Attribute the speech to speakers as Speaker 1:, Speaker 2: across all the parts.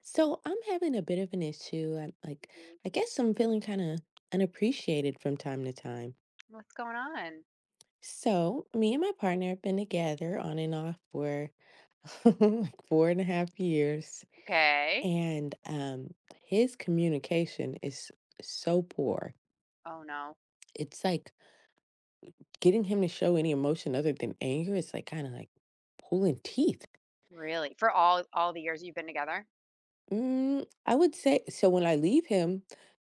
Speaker 1: So I'm having a bit of an issue.
Speaker 2: Mm.
Speaker 1: I guess I'm feeling kind of unappreciated from time to time.
Speaker 2: What's going on?
Speaker 1: So me and my partner have been together on and off for like four and a half years,
Speaker 2: Okay.
Speaker 1: and his communication is so poor.
Speaker 2: Oh no.
Speaker 1: It's like getting him to show any emotion other than anger is like kind of like pulling teeth.
Speaker 2: Really? For all the years you've been together?
Speaker 1: Mm, I would say so. When I leave him,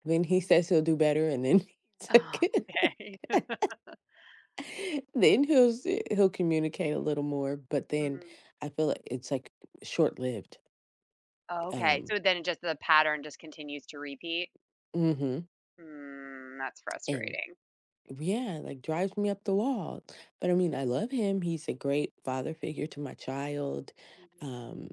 Speaker 1: then he says he'll do better, and then it's
Speaker 2: Oh,
Speaker 1: like.
Speaker 2: okay.
Speaker 1: Then he'll communicate a little more, but then
Speaker 2: Mm.
Speaker 1: I feel like it's like short lived.
Speaker 2: Okay.
Speaker 1: Um,
Speaker 2: So then it just the pattern just continues to repeat?
Speaker 1: hmm
Speaker 2: Mm, that's
Speaker 1: and
Speaker 2: frustrating.
Speaker 1: yeah, like drives me up the wall. But I mean, I love him. He's a great father figure to my child.
Speaker 2: Mhm.
Speaker 1: Um,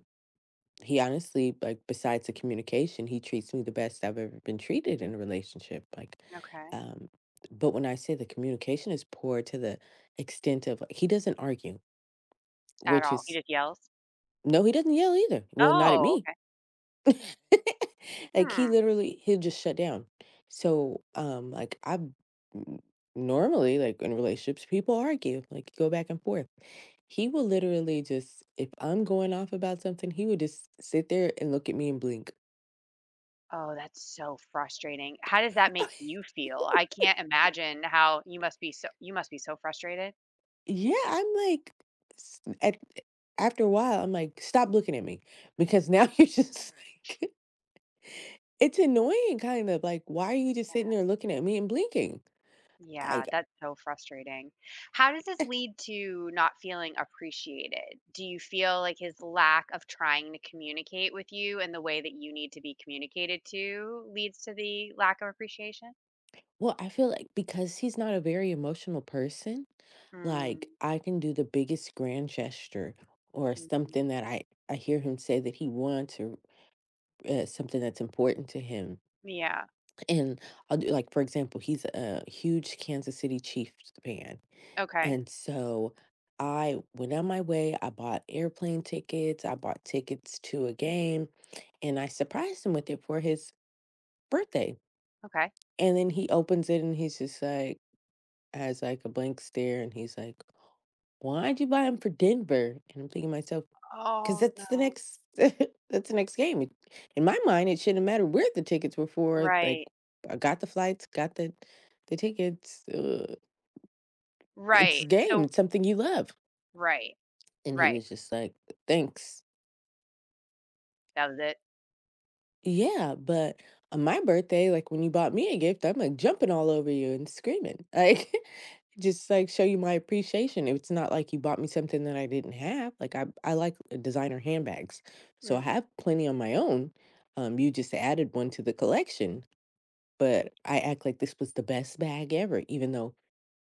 Speaker 1: he honestly, like, besides the communication, he treats me the best I've ever been treated in a relationship. Like,
Speaker 2: Okay.
Speaker 1: um, but when I say the communication is poor to the extent of like, he doesn't argue,
Speaker 2: At
Speaker 1: which
Speaker 2: all. He
Speaker 1: is
Speaker 2: just yells?
Speaker 1: no, he doesn't yell either. Well, not at
Speaker 2: Oh,
Speaker 1: me.
Speaker 2: okay.
Speaker 1: Like
Speaker 2: Hmm.
Speaker 1: he'll just shut down. So, like I n- normally like in relationships people argue, like go back and forth. He will literally just, if I'm going off about something, he would just sit there and look at me and blink.
Speaker 2: Oh, that's so frustrating. How does that make you feel? I can't imagine how you must be so frustrated.
Speaker 1: Yeah, I'm like s- at after a while I'm like stop looking at me, because now you're just like it's annoying, kind of like, why are you just sitting there looking at me and blinking? I.
Speaker 2: Yeah, that's so frustrating. How does this lead to not feeling appreciated? Do you feel like his lack of trying to communicate with you and the way that you need to be communicated to leads to the lack of appreciation?
Speaker 1: Well, I feel like because he's not a very emotional person,
Speaker 2: Mm,
Speaker 1: like I can do the biggest grand gesture or
Speaker 2: mhm.
Speaker 1: something that I hear him say that he wants or something that's important to him.
Speaker 2: Yeah.
Speaker 1: And I'll do, like, for example, he's a huge Kansas City Chiefs fan.
Speaker 2: Okay.
Speaker 1: And so I went on my way, I bought airplane tickets, I bought tickets to a game, and I surprised him with it for his birthday.
Speaker 2: Okay.
Speaker 1: And then he opens it and he's just like, has, like, a blank stare, and he's like, "Why'd you buy him for Denver?" And I'm thinking to myself, "'Cause
Speaker 2: Oh
Speaker 1: that's the
Speaker 2: no.
Speaker 1: next that's the next game." In my mind, it shouldn't matter where the tickets were for, like,
Speaker 2: Right.
Speaker 1: I got the flights, got the tickets, it's a
Speaker 2: Right.
Speaker 1: game,
Speaker 2: So
Speaker 1: it's something you love.
Speaker 2: right.
Speaker 1: And he
Speaker 2: Right.
Speaker 1: was just like, "Thanks."
Speaker 2: That was it.
Speaker 1: Yeah, but on my birthday, like, when you bought me a gift, I'm, like, jumping all over you and screaming, like just like show you my appreciation. It's not like you bought me something that I didn't have. Like I like designer handbags. So I
Speaker 2: Mhm.
Speaker 1: have plenty on my own. You just added one to the collection, but I act like this was the best bag ever, even though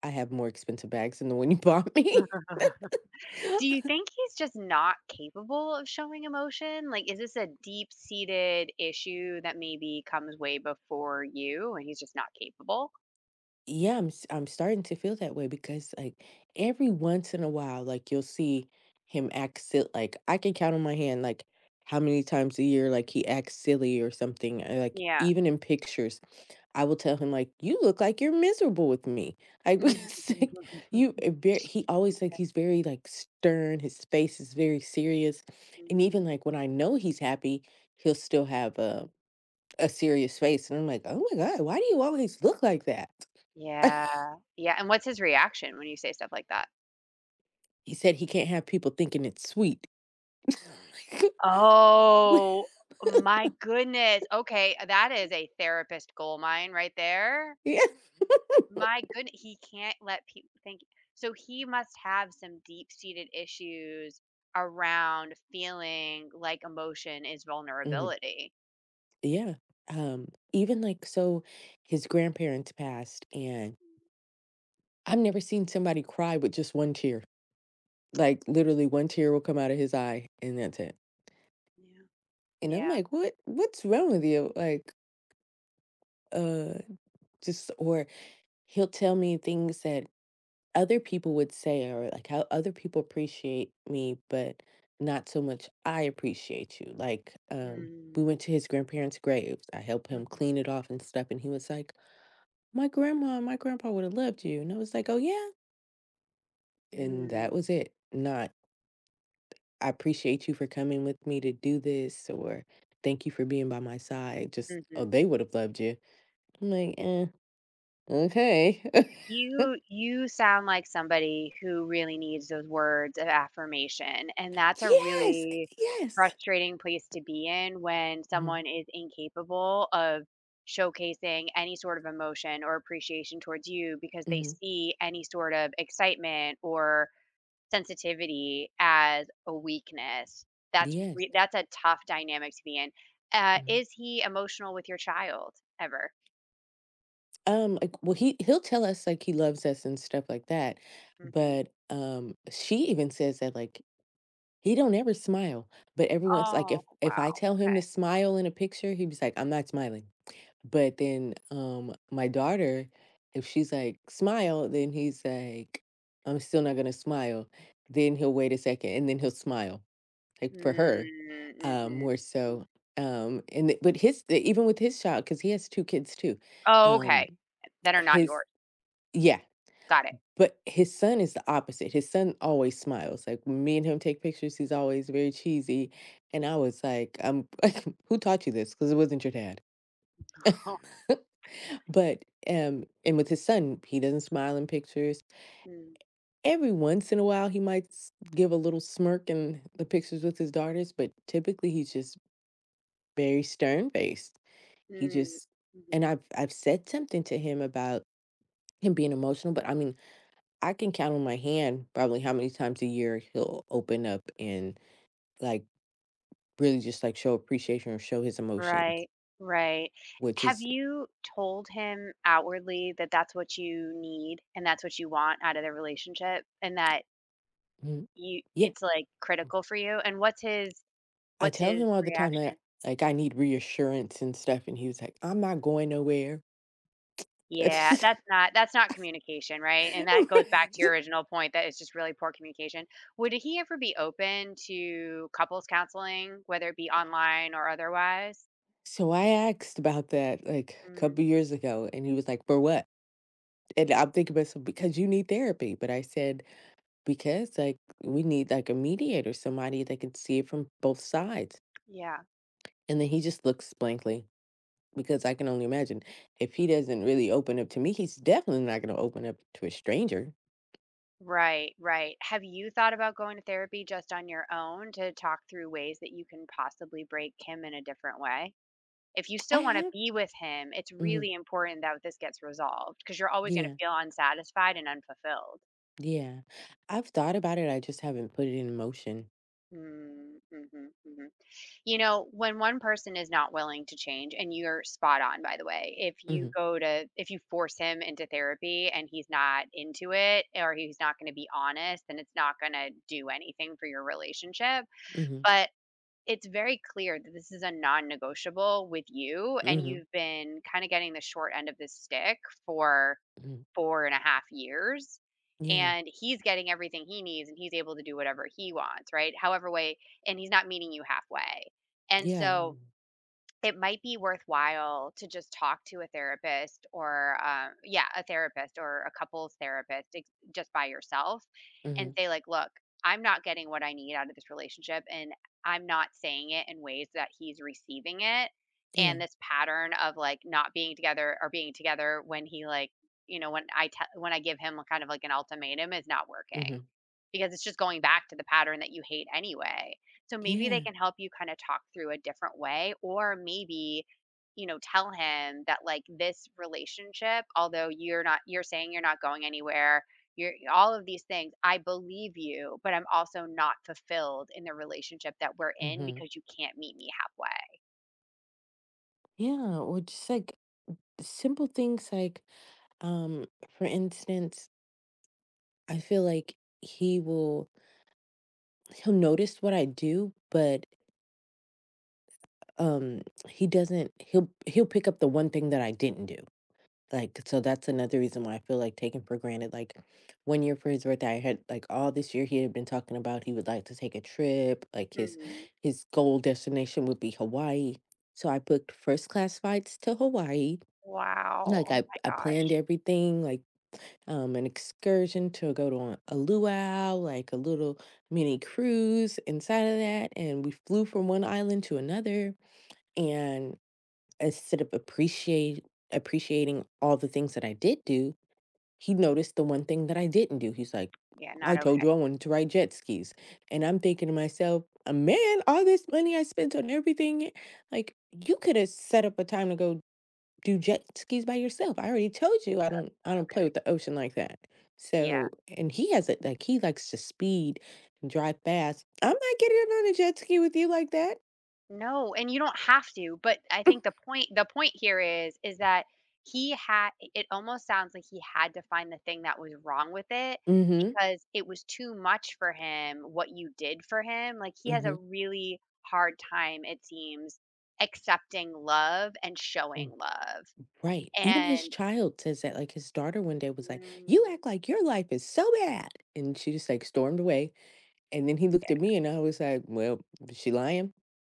Speaker 1: I have more expensive bags than the one you bought me.
Speaker 2: Do you think he's just not capable of showing emotion? Like, is this a deep-seated issue that maybe comes way before you and he's just not capable?
Speaker 1: Yeah, I'm starting to feel that way, because like every once in a while like you'll see him act silly. Like I can count on my hand, like, how many times a year like he acts silly or something, like
Speaker 2: Yeah.
Speaker 1: even in pictures I will tell him like, "You look like you're miserable with me." I would
Speaker 2: Mhm.
Speaker 1: say, "You." He always, like, he's very like stern. His face is very serious, and even like when I know he's happy, he'll still have a serious face. And I'm like, "Oh my god, why do you always look like that?"
Speaker 2: Yeah. Yeah, and what's his reaction when you say stuff like that?
Speaker 1: He said he can't have people thinking it's sweet. Wh-
Speaker 2: Oh, my goodness. Okay, that is a therapist gold mine right there.
Speaker 1: yeah.
Speaker 2: My goodness, he can't let people think so he must have some deep-seated issues around feeling like emotion is
Speaker 1: Mhm.
Speaker 2: vulnerability.
Speaker 1: Yeah. Even like, so, his grandparents passed, and I've never seen somebody cry with just one tear. Like literally one tear will come out of his eye and that's it.
Speaker 2: Mm, yeah.
Speaker 1: And I'm
Speaker 2: Yeah.
Speaker 1: like, what's wrong with you? Like, uh just, or he'll tell me things that other people would say, or like how other people appreciate me, but not so much I appreciate you. Like, we
Speaker 2: Mm.
Speaker 1: went to his grandparents graves, I helped him
Speaker 2: Mhm.
Speaker 1: clean it off and stuff, and he was like, my grandma and my grandpa would have loved you. And I was like, oh yeah. And that
Speaker 2: Mm.
Speaker 1: was it. Not, I appreciate you for coming with me to do this, or thank you for being by my side. Just, oh,
Speaker 2: Mhm.
Speaker 1: they would have loved you. I'm like, eh, okay.
Speaker 2: You sound like somebody who really needs those words of affirmation, and that's a
Speaker 1: Yes,
Speaker 2: really
Speaker 1: yes,
Speaker 2: frustrating place to be in when
Speaker 1: hmm,
Speaker 2: someone is incapable of showcasing any sort of emotion or appreciation towards you because they
Speaker 1: hmm,
Speaker 2: see any sort of excitement or sensitivity as a weakness.
Speaker 1: yes.
Speaker 2: That's a tough dynamic to be in.
Speaker 1: hmm
Speaker 2: Is he emotional with your child ever?
Speaker 1: Like, well, he'll tell us, like, he loves us and stuff like that,
Speaker 2: Mhm.
Speaker 1: but she even says that, like, he don't ever smile, but everyone's like,
Speaker 2: Oh,
Speaker 1: if I
Speaker 2: wow.
Speaker 1: tell him to smile in a picture, he'd be like, I'm not smiling. But then my daughter, if she's like, smile, then he's like, I'm still not gonna smile. Then he'll wait a second and then he'll smile. Like for her,
Speaker 2: Mm, mhm,
Speaker 1: more
Speaker 2: mm.
Speaker 1: so. And th- but his even with his child, because he has two kids too.
Speaker 2: Oh,
Speaker 1: Um,
Speaker 2: okay. That are not
Speaker 1: his
Speaker 2: yours.
Speaker 1: Yeah,
Speaker 2: Got it.
Speaker 1: but his son is the opposite. His son always smiles. Like when me and him take pictures, he's always very cheesy. And I was like, who taught you this? Because it wasn't your dad.
Speaker 2: Huh.
Speaker 1: But And with his son, he doesn't smile in pictures.
Speaker 2: Mm,
Speaker 1: Every once in a while, he might give a little smirk in the pictures with his daughters, but typically he's just very stern faced. He
Speaker 2: mm,
Speaker 1: just, and
Speaker 2: mhm.
Speaker 1: I've said something to him about him being emotional, but I mean, I can count on my hand probably how many times a year he'll open up and, like, really just like show appreciation or show his emotions,
Speaker 2: Right, right.
Speaker 1: which
Speaker 2: Have
Speaker 1: is,
Speaker 2: you told him outwardly that that's what you need and that's what you want out of the relationship and that
Speaker 1: mm,
Speaker 2: you
Speaker 1: yeah.
Speaker 2: it's, like, critical for you? And
Speaker 1: I
Speaker 2: what's
Speaker 1: tell
Speaker 2: his
Speaker 1: him all the time
Speaker 2: reaction?
Speaker 1: that, like, I need reassurance and stuff, and he was like, "I'm not going nowhere."
Speaker 2: Yeah, that's not communication, right? And that goes back to your
Speaker 1: Right.
Speaker 2: original point that it's just really poor communication. Would he ever be open to couples counseling, whether it be online or otherwise?
Speaker 1: So I asked about that, like, a
Speaker 2: Mm,
Speaker 1: couple years ago, and he was like, "For what?" And I'm thinking about some because you need therapy, but I said, "Because, like, we need, like, a mediator, somebody that can see it from both sides."
Speaker 2: yeah.
Speaker 1: And then he just looks blankly, because I can only imagine, if he doesn't really open up to me, he's definitely not gonna open up to a stranger.
Speaker 2: Right, right. Have you thought about going to therapy just on your own to talk through ways that you can possibly break him in a different way? If you
Speaker 1: I
Speaker 2: still want to
Speaker 1: have.
Speaker 2: be with him, it's
Speaker 1: Mhm,
Speaker 2: really important that this gets resolved because you're always going to
Speaker 1: yeah.
Speaker 2: feel unsatisfied and unfulfilled.
Speaker 1: Yeah. I've thought about it, I just haven't put it in motion.
Speaker 2: Mm, mhm, mhm. You know, when one person is not willing to change and you're spot on, by the way, if you
Speaker 1: Mhm,
Speaker 2: go to if you force him into therapy and he's not into it or he's not going to be honest, then it's not going to do anything for your relationship.
Speaker 1: mhm,
Speaker 2: But it's very clear that this is a non negotiable with you. And
Speaker 1: mhm,
Speaker 2: you've been kind of getting the short end of the stick for
Speaker 1: mhm.
Speaker 2: 4.5 years,
Speaker 1: Yeah,
Speaker 2: and he's getting everything he needs and he's able to do whatever he wants, right, however way, and he's not meeting you halfway. And
Speaker 1: yeah,
Speaker 2: so it might be worthwhile to just talk to a therapist or yeah, a therapist or a couples therapist just by yourself and
Speaker 1: mhm,
Speaker 2: say, like, look, I'm not getting what I need out of this relationship, and I'm not saying it in ways that he's receiving it.
Speaker 1: yeah,
Speaker 2: And this pattern of like not being together or being together when he like you know when I te- when I give him a kind of like an ultimatum is not working
Speaker 1: mhm,
Speaker 2: because it's just going back to the pattern that you hate anyway. So maybe they
Speaker 1: yeah,
Speaker 2: can help you kind of talk through a different way, or maybe, you know, tell him that like this relationship, although you're not, you're saying you're not going anywhere, you're all of these things, I believe you, but I'm also not fulfilled in the relationship that we're in
Speaker 1: mhm.
Speaker 2: because you can't meet me halfway.
Speaker 1: Yeah, or just like simple things like, um, for instance, I feel like he'll notice what I do, but um he doesn't he'll pick up the one thing that I didn't do. Like, so that's another reason why I feel like taken for granted. Like, one year for his birthday, I had like all this year he had been talking about he would like to take a trip. Like
Speaker 2: Hmm.
Speaker 1: his goal destination would be Hawaii. So I booked first class flights to Hawaii.
Speaker 2: Wow.
Speaker 1: Like
Speaker 2: Oh
Speaker 1: I
Speaker 2: my
Speaker 1: planned
Speaker 2: gosh.
Speaker 1: everything, like an excursion to go to a luau, like a little mini cruise inside of that, and we flew from one island to another. And instead of appreciate appreciating all the things that I did do, he noticed the one thing that I didn't do. He's like,
Speaker 2: Yeah.
Speaker 1: I
Speaker 2: Not
Speaker 1: told
Speaker 2: okay.
Speaker 1: you I wanted to ride jet skis. And I'm thinking to myself, Man, all this money I spent on everything, like you could have set up a time to go do jet skis by yourself. I already told you I don't play
Speaker 2: Okay.
Speaker 1: with the ocean like that.
Speaker 2: Yeah.
Speaker 1: So, and he has it like he likes to speed and drive fast. I'm not getting on a jet ski with you like that.
Speaker 2: No, and you don't have to, but I think the point here is that he had it almost sounds like he had to find the thing that was wrong with it
Speaker 1: Mm-hmm.
Speaker 2: because it was too much for him what you did for him. Like he has
Speaker 1: Mm-hmm.
Speaker 2: a
Speaker 1: Mm-hmm.
Speaker 2: really hard time it seems accepting love and showing love.
Speaker 1: Right. Even his
Speaker 2: And
Speaker 1: child says that, like his daughter one day was like, you
Speaker 2: mm,
Speaker 1: act like your life is so bad. And she just, like, stormed away. And then he looked at me and I was like, well, is she lying?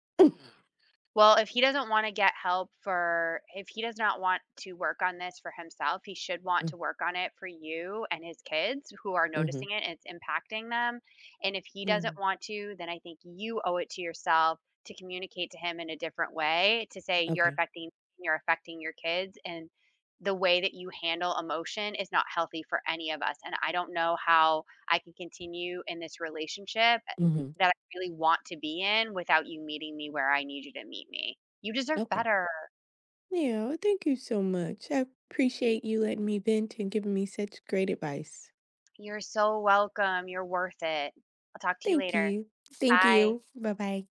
Speaker 2: well, if he doesn't wanna get help for if he does not want to work on this for himself, he should want to work on it for you and his kids who are
Speaker 1: Mm-hmm.
Speaker 2: noticing it, and it's impacting them, and if he
Speaker 1: Yeah.
Speaker 2: doesn't want to, then I think you owe it to yourself to communicate to him in a different way to say, "You're
Speaker 1: Okay.
Speaker 2: affecting your kids, and the way that you handle emotion is not healthy for any of us, and I don't know how I can continue in this relationship."
Speaker 1: hmm
Speaker 2: That I really want to be in without you meeting me where I need you to meet me. You deserve
Speaker 1: Okay.
Speaker 2: better.
Speaker 1: Yeah. Well, thank you so much. I appreciate you letting me vent and giving me such great advice.
Speaker 2: You're so welcome. You're worth it. I'll talk to you
Speaker 1: Thank
Speaker 2: later.
Speaker 1: you. Thank
Speaker 2: Bye.
Speaker 1: you. Bye bye.